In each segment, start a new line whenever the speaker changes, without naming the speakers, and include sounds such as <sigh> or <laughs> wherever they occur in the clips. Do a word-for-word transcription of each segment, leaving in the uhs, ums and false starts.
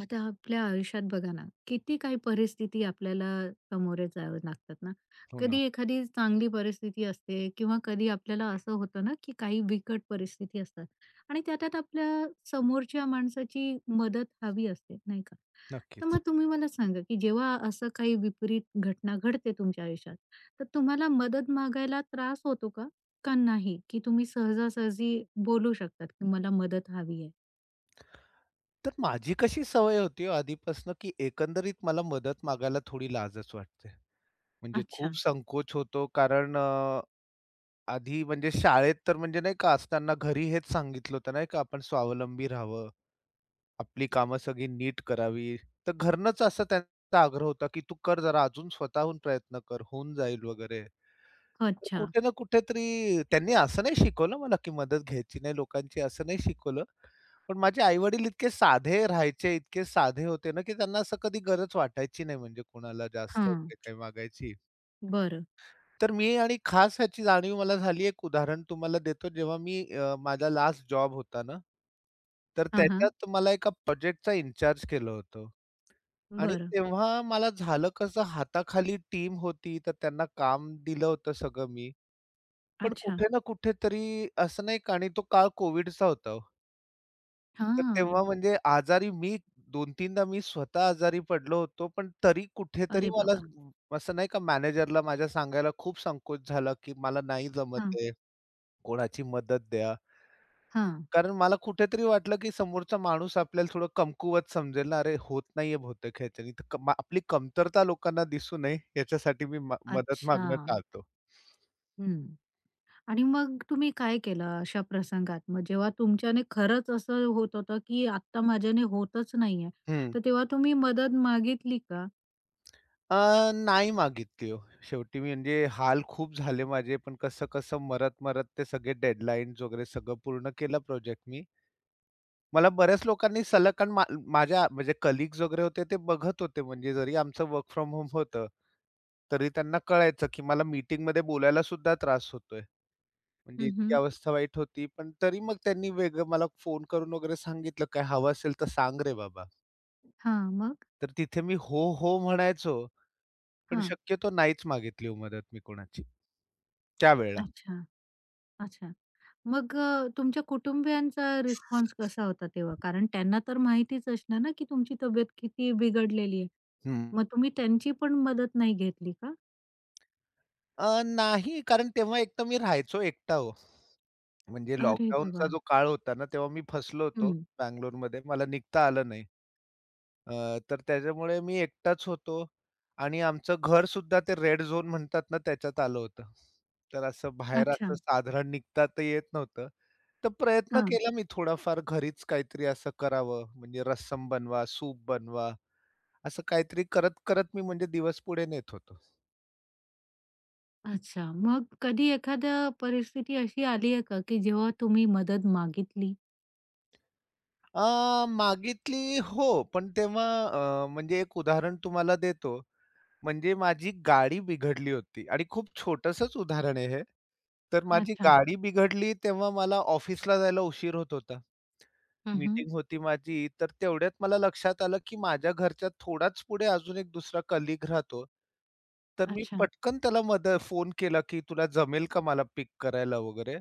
आता आपल्या आयुष्यात बघा ना, किती काही परिस्थिती आपल्याला सामोरे जावं लागतात ना.
हो ना,
कधी एखादी चांगली परिस्थिती असते किंवा कधी आपल्याला असं होतं ना, की काही बिकट परिस्थिती असतात आणि त्यात आपल्या समोरच्या माणसाची मदत हवी असते, नाही का? तर
नक्कीच.
मग तुम्ही मला सांगा, की जेव्हा असं काही विपरीत घटना घडते तुमच्या आयुष्यात, तर तुम्हाला मदत मागायला त्रास होतो का? का नाही, की तुम्ही सहजासहजी बोलू शकतात, की मला मदत हवी आहे?
तर माझी कशी सवय होती हो आधीपासून, की एकंदरीत मला मदत मागायला थोडी लाजच वाटते. म्हणजे
अच्छा,
खूप संकोच होतो कारण अ, आधी म्हणजे शाळेत तर म्हणजे नाही का असताना घरी हेच सांगितलं होतं नाही का आपण स्वावलंबी राहावं. आपली कामं सगळी नीट करावी. तर घरनंच असा त्यांचा आग्रह होता, की "तू कर जरा अजून स्वतःहून प्रयत्न कर, होऊन जाईल वगैरे." तर
अच्छा.
कुठे ना कुठेतरी त्यांनी असं नाही शिकवलं मला, की मदत घ्यायची नाही लोकांची, असं नाही शिकवलं. पण माझे आई-वडील इतके साधे राहायचे, इतके साधे होते ना, की त्यांना असं कधी गरज वाटायची नाही म्हणजे कोणाला जास्त
हां.
वगैरे काही मागायची.
बरं.
तर मी आणि खास ह्याची जाणीव मला झाली, एक उदाहरण तुम्हाला देतो. जेव्हा मी अ, माझा लास्ट जॉब होता ना, तर
हां, हां.
त्याच्यात मला एका प्रोजेक्टचा इन्चार्ज केलं होतं आणि
बरं.
तेव्हा मला झालं कसं, हाताखाली टीम होती, तर त्यांना काम दिलं होतं सगळं मी. पण
अच्छा.
कुठे ना कुठेतरी असं नाही का आणि तो काळ कोविडचा होता हो. तर
हां.
तेव्हा म्हणजे आजारी मी दोन-तीनदा मी स्वतः आजारी पडलो होतो. पण तरी कुठेतरी
अरे
मला
बाबा!
असं नाही का मॅनेजरला माझ्या सांगायला खूप संकोच झाला, की मला नाही जमत
हां,
आहे. कोणाची मदत द्या.
हां.
कारण मला कुठेतरी वाटलं, की समोरचा माणूस आपल्याला थोडं कमकुवत समजेल ना, "अरे होत नाहीये बहुतेक ह्याच्यानी." तर क आपली कमतरता लोकांना दिसू नये याच्यासाठी मी म मदत
अच्छा.
मागणं टाळतो.
हं. आणि मग तुम्ही काय केलं अशा प्रसंगात? मग जेव्हा तुमच्याने खरंच असं होत होतं, की आत्ता माझ्याने होतच नाहीये,
हं.
तर तेव्हा तुम्ही मदत मागितली का?
अ, नाही मागितली हो. शेवटी मी म्हणजे हाल खूप झाले माझे, पण कसं-कसं मरत-मरत ते सगळे डेडलाईन्स वगैरे सगळं पूर्ण केलं प्रोजेक्ट मी. मला बऱ्याच लोकांनी सलग कारण मा माझ्या म्हणजे कलीग्स वगैरे होते ते बघत होते म्हणजे जरी आमचं वर्क फ्रॉम होम होतं, तरी त्यांना कळायचं, की मला मीटिंगमध्ये बोलायला सुद्धा त्रास होतोय. म्हणजे
हं,
इतकी
हं.
अवस्था वाईट होती. पण तरी मग त्यांनी वेगळं मला फोन करून वगैरे सांगितलं, "काय हवं असेल तर सांग रे बाबा."
हां, मग?
तर तिथे मी हो, हो म्हणायचो, पण
हां.
शक्यतो नाहीच मागितली हो मदत मी कोणाची त्यावेळेला.
अच्छा, अच्छा. मग अ, तुमच्या कुटुंबियांचा रिस्पॉन्स कसा होता तेव्हा? कारण त्यांना तर माहितीच असणार ना, की तुमची तब्येत किती बिघडलेली आहे.
हं.
मग तुम्ही त्यांची पण मदत नाही घेतली का?
अ, नाही कारण तेव्हा एक तर मी राहायचो एकटा हो. म्हणजे
अरे
लॉकडाऊनचा
बाबा!
जो काळ होता ना, तेव्हा मी फसलो होतो
हं.
बंगलोरमध्ये. मला निघता आलं नाही. अ, तर त्याच्यामुळे मी एकटाच होतो आणि आमचं घर सुद्धा ते रेड झोन म्हणतात ना, त्याच्यात आलं होतं. तर असं बाहेर
अच्छा.
असं साधारण निघता तर येत नव्हतं. तर प्रयत्न
हां.
केला मी थोडाफार घरीच काहीतरी असं करावं, म्हणजे रस्सम बनवा, सूप बनवा, असं काहीतरी करत-करत मी म्हणजे दिवस पुढे नेत होतो.
अच्छा. मग कधी एखादं परिस्थिती अशी आली आहे का, की जेव्हा तुम्ही मदत मागितली?
अ, मागितली हो, पण तेव्हा अ, म्हणजे एक उदाहरण तुम्हाला देतो. म्हणजे माझी गाडी बिघडली होती आणि खूप छोटंसंच उदाहरण आहे हे. तर माझी
अच्छा.
गाडी बिघडली तेव्हा मला ऑफिसला जायला उशीर होत होता.
हं, हं.
मीटिंग होती माझी. तर तेवढ्यात मला लक्षात आलं, की माझ्या घरच्या थोडाच पुढे अजून एक दुसरा कलीग राहतो. तर मी
अच्छा,
पटकन त्याला मद फोन केला, की "तुला जमेल का मला पिक करायला?" वगैरे.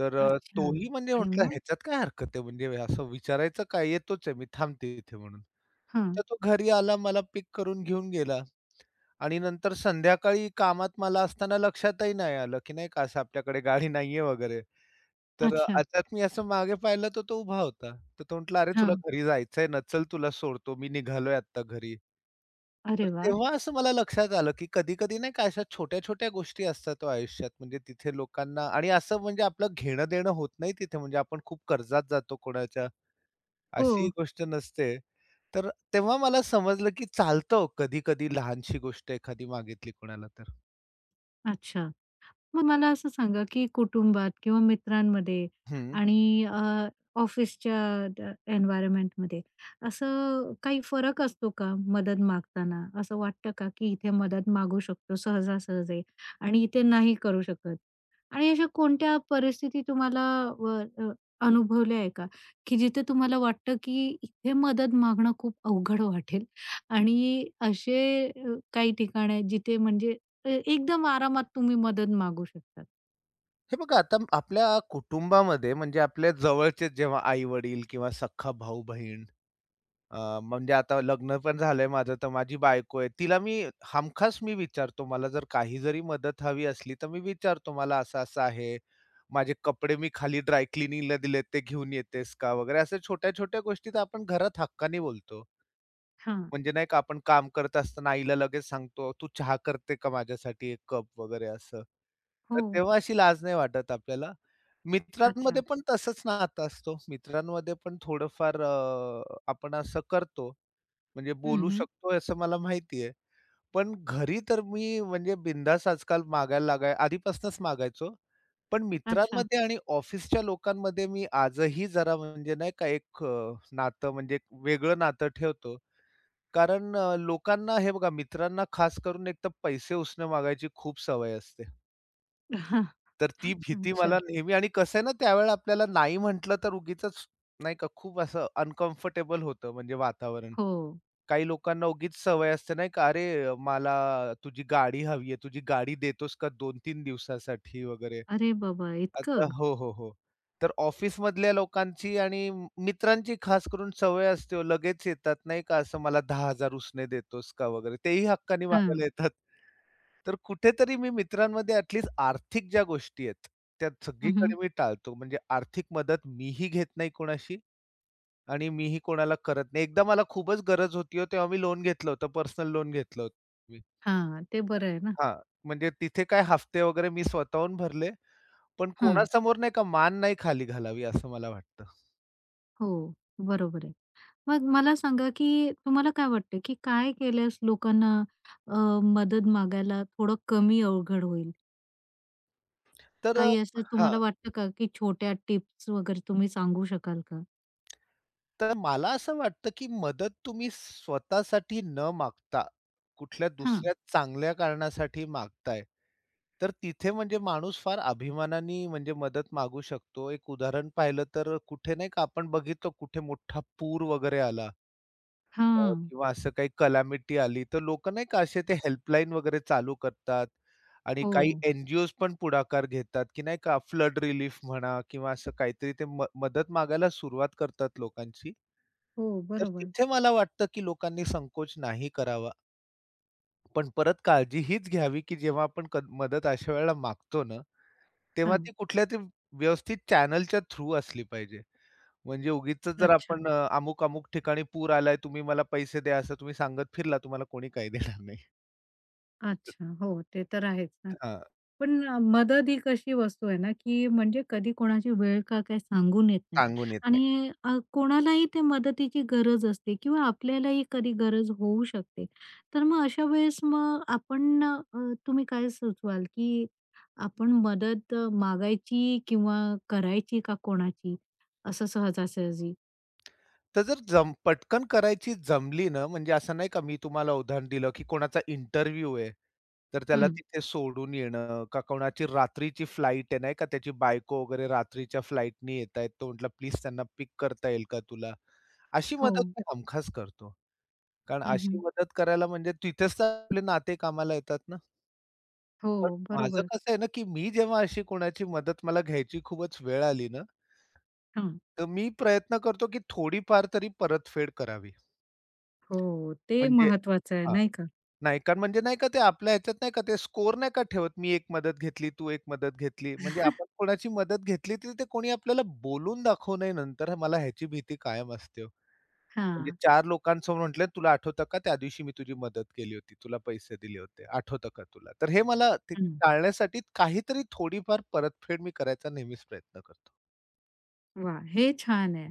तर अ,
अच्छा.
तोही म्हणजे
आणि
म्हटला,
मग?
"ह्याच्यात काय हरकत आहे म्हणजे असं विचारायचं काय? येतोच आहे मी, थांबते इथे." म्हणून.
हां.
तर तो घरी आला, मला पिक करून घेऊन गेला. आणि नंतर संध्याकाळी कामात मला असताना लक्षातही नाही आलं, की नाही का असं आपल्याकडे गाडी नाहीये वगैरे. तर अ,
अच्छा.
अचानक मी असं मागे पाहिलं तर तो उभा होता. तर तो म्हटला, "अरे तुला
हां.
घरी जायचंय ना, चल तुला सोडतो, मी निघालोय आत्ता घरी." तर
अरे वाह!
तेव्हा असं मला लक्षात आलं, की कधी-कधी नाही का अशा छोट्या-छोट्या गोष्टी असतात हो आयुष्यात. म्हणजे तिथे लोकांना आणि असं म्हणजे आपलं घेणं-देणं होत नाही तिथे म्हणजे आपण खूप कर्जात जातो कोणाच्या.
हो.
अशी गोष्ट नसते. तर तेव्हा मला समजलं, की चालतं हो कधी-कधी लहानशी गोष्ट एखादी मागितली कोणाला तर.
अच्छा. मग मला असं सांगा, की कुटुंबात किंवा मित्रांमध्ये
हं.
आणि अ, ऑफिसच्या अ, एन्व्हायर्नमेंटमध्ये असं काही फरक असतो का मदत मागताना? असं वाटतं का, की इथे मदत मागू शकतो सहजासहजी आणि इथे नाही करू शकत? आणि अशा कोणत्या परिस्थिती तुम्हाला व अ, अनुभवल्या आहे का, की जिथे तुम्हाला वाटतं, की इथे मदत मागणं खूप अवघड वाटेल आणि असे अ, काही ठिकाण आहेत जिथे म्हणजे अ, एकदम आरामात तुम्ही मदत मागू शकतात.
हे बघा आता आपल्या कुटुंबामध्ये म्हणजे आपल्या जवळचे जेव्हा आई-वडील किंवा सख्खा भाऊ-बहीण अ, म्हणजे आता लग्न पण झालंय माझं, तर माझी बायको आहे. तिला मी हमखास मी विचारतो. मला जर काही जरी मदत हवी असली, तर मी विचारतो, "मला असं-असं आहे. माझे कपडे मी खाली ड्राय क्लिनिंगला दिलेत, ते घेऊन येतेस का?" वगैरे. अशा छोट्या-छोट्या गोष्टी तर आपण घरात हक्काने बोलतो.
हां.
म्हणजे नाही का आपण काम करत असताना आईला लगेच सांगतो, "तू चहा करते का माझ्यासाठी एक कप?" वगैरे असं. तर
हो.
तेव्हा अशी लाज नाही वाटत आपल्याला.
अच्छा.
मित्रांमध्ये पण तसंच नातं असतो. मित्रांमध्ये पण थोडंफार अ, आपण असं करतो. म्हणजे
हं,
बोलू
हं.
शकतो असं मला माहिती आहे. पण घरी तर मी म्हणजे बिनधास्त आजकाल मागायला लागाय आधीपासूनच मागायचो. पण
अच्छा.
मित्रांमध्ये आणि ऑफिसच्या लोकांमध्ये मी आजही जरा म्हणजे नाही का एक अ, नातं म्हणजे एक वेगळं नातं ठेवतो. कारण अ, लोकांना हे बघा मित्रांना खास करून एकतर पैसे उसने मागायची खूप सवय असते.
<laughs>
तर ती भीती मला
अच्छा.
नेहमी आणि कसं आहे ना त्यावेळेला आपल्याला नाही म्हटलं तर उगीचच नाही का खूप असं अनकम्फर्टेबल होतं म्हणजे वातावरण.
हो.
काही लोकांना उगीच सवय असते नाही का, "अरे मला तुझी गाडी हवी आहे, तुझी गाडी देतोस का दोन-तीन दिवसासाठी?" वगैरे.
अरे बाबा!
आता
इतकं?
हो, हो, हो. तर ऑफिसमधल्या लोकांची आणि म- मित्रांची खास करून सवय असते हो, लगेच येतात नाही का, असं मला दहा हजार डॉलर्स उसने देतोस का वगैरे, तेही हक्कानी मागायला
हां.
येतात. तर कुठेतरी मी मित्रांमध्ये ॲट आर्थिक ज्या गोष्टी आहेत, त्या
हं, हं.
सगळीकडे मी टाळतो. म्हणजे आर्थिक मदत मीही घेत नाही कोणाशी आणि मीही कोणाला करत नाही. एकदा मला खूपच गरज होती हो, तेव्हा मी लोन घेतलं होतं, पर्सनल लोन घेतलं होतं मी.
हां, ते बरं आहे ना.
हां, म्हणजे तिथे काय हफ्ते वगैरे मी स्वतःहून भरले पण
हां.
कोणासमोर नाही का मान नाही खाली घालावी असं मला वाटतं.
हो, बरोबर आहे. मग मला सांगा, की तुम्हाला काय वाटतं, की काय केल्यास लोकांना अ, मदत मागायला थोडं कमी अवघड होईल?
तर अ,
काही असं
हां.
तुम्हाला वाटतं का, की छोट्या टिप्स वगैरे तुम्ही सांगू शकाल का?
तर मला असं वाटतं, की मदत तुम्ही स्वतःसाठी न मागता कुठल्या
हां,
दुसऱ्या चांगल्या कारणासाठी मागताय, तर तिथे म्हणजे माणूस फार अभिमानाने म्हणजे मदत मागू शकतो. एक उदाहरण पाहिलं तर कुठे नाही का आपण बघितलं कुठे मोठा पूर वगैरे आला. अ,
हां.
किंवा असं काही कलॅमिटी आली, तर लोकं नाही का असे ते हेल्पलाईन वगैरे चालू करतात आणि काही
हो,
एन-जी-ओज पण पुढाकार घेतात, की नाही का फ्लड रिलीफ म्हणा किंवा असं काहीतरी ते म मदत मागायला सुरुवात करतात लोकांची.
हो.
तर
बरोबर.
तिथे मला वाटतं, की लोकांनी संकोच नाही करावा. पण परत काळजी हीच घ्यावी, की जेव्हा आपण क मदत अशा वेळेला मागतो ना, तेव्हा
हां.
ती कुठल्यातरी व्यवस्थित चॅनलच्या थ्रू असली पाहिजे. म्हणजे उगीचच जर
अच्छा.
आपण अ, अमुक-अमुक ठिकाणी पूर आलाय, तुम्ही मला पैसे द्या, असं तुम्ही सांगत फिरला, तुम्हाला कोणी काही देणार नाही.
अच्छा. हो, ते तर आहेच ना.
हां,
पण अ, मदत ही कशी वस्तू आहे ना, की म्हणजे कधी कोणाची वेळ का काय सांगून येत नाही
सांगून येत नाही.
आणि अ, कोणालाही ते मदतीची गरज असते किंवा आपल्यालाही कधी गरज होऊ शकते. तर मग अशा वेळेस मग आपण अ, तुम्ही काय सुचवाल, की आपण मदत अ, मागायची किंवा करायची का कोणाची? असं सहजासहजी?
तर जर जम पटकन करायची जमली ना, म्हणजे असं नाही का मी तुम्हाला उदाहरण दिलं, की कोणाचा इंटरव्ह्यू आहे, तर त्याला
हं.
तिथे सोडून येणं का कोणाची रात्रीची फ्लाइट आहे, नाही का त्याची बायको वगैरे रात्रीच्या फ्लाइटनी येतायत, तो म्हटला, "प्लीज त्यांना पिक करता येईल का तुला?" अशी
हो.
मदत मी हमखास करतो. कारण अशी
हं,
मदत करायला म्हणजे तिथेच तर आपले नाते कामाला येतात ना.
हो,
पण माझं
बरोबर.
कसं आहे ना, की मी जेव्हा अशी कोणाची मदत मला घ्यायची खूपच वेळ आली ना,
हां.
तर मी प्रयत्न करतो, की थोडीफार तरी परतफेड करावी.
हो, ते
म्हणजे
महत्वाचं आहे
हां,
नाही का?
नाही कारण म्हणजे नाही का ते आपल्या ह्याच्यात नाही का ते स्कोर नाही का ठेवत, मी एक मदत घेतली, तू एक मदत घेतली. म्हणजे आपण कोणाची मदत घेतली, तर ते कोणी आपल्याला बोलून दाखवू नये नंतर मला ह्याची भीती कायम असते हो. म्हणजे
हां.
चार लोकांसमोर म्हटलं, "तुला आठवतं का त्या दिवशी मी तुझी मदत केली होती, तुला पैसे दिले होते, आठवतं का तुला?" तर हे मला ते टाळण्यासाठी काहीतरी थोडीफार परतफेड मी करायचा नेहमीच प्रयत्न करतो.
वा, हे छान आहे.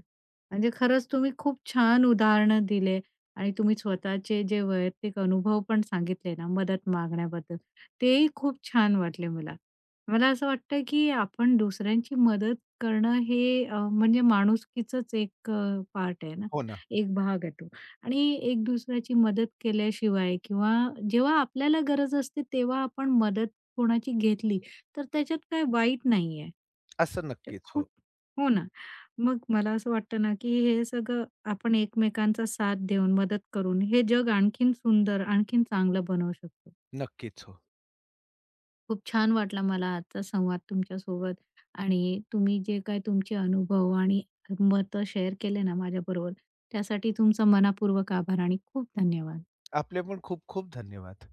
म्हणजे खरंच तुम्ही खूप छान उदाहरणं दिले आणि तुम्ही स्वतःचे जे वैयक्तिक अनुभव पण सांगितले ना, मदत मागण्याबद्दल, तेही खूप छान वाटले मला. मला असं वाटतं, की आपण दुसऱ्यांची मदत करणं हे अ, म्हणजे माणुसकीचंच एक अ, पार्ट आहे ना,
हो ना.
एक भाग आहे तो. आणि एक दुसऱ्याची मदत केल्याशिवाय किंवा जेव्हा आपल्याला गरज असते, तेव्हा आपण मदत कोणाची घेतली, तर त्याच्यात काही वाईट नाहीये.
असं
ते
नक्कीच. हो.
खूप हो ना. मग मला असं वाटतं ना, की हे सगळं आपण एकमेकांचा साथ देऊन, मदत करून हे जग आणखीन सुंदर, आणखीन चांगलं बनवू शकतो.
नक्कीच. हो.
खूप छान वाटला मला आजचा संवाद तुमच्यासोबत आणि तुम्ही जे काय तुमचे अनुभव आणि मतं शेअर केले ना माझ्याबरोबर, त्यासाठी तुमचा मनापूर्वक आभार आणि खूप धन्यवाद.
आपले पण खूप खूप धन्यवाद.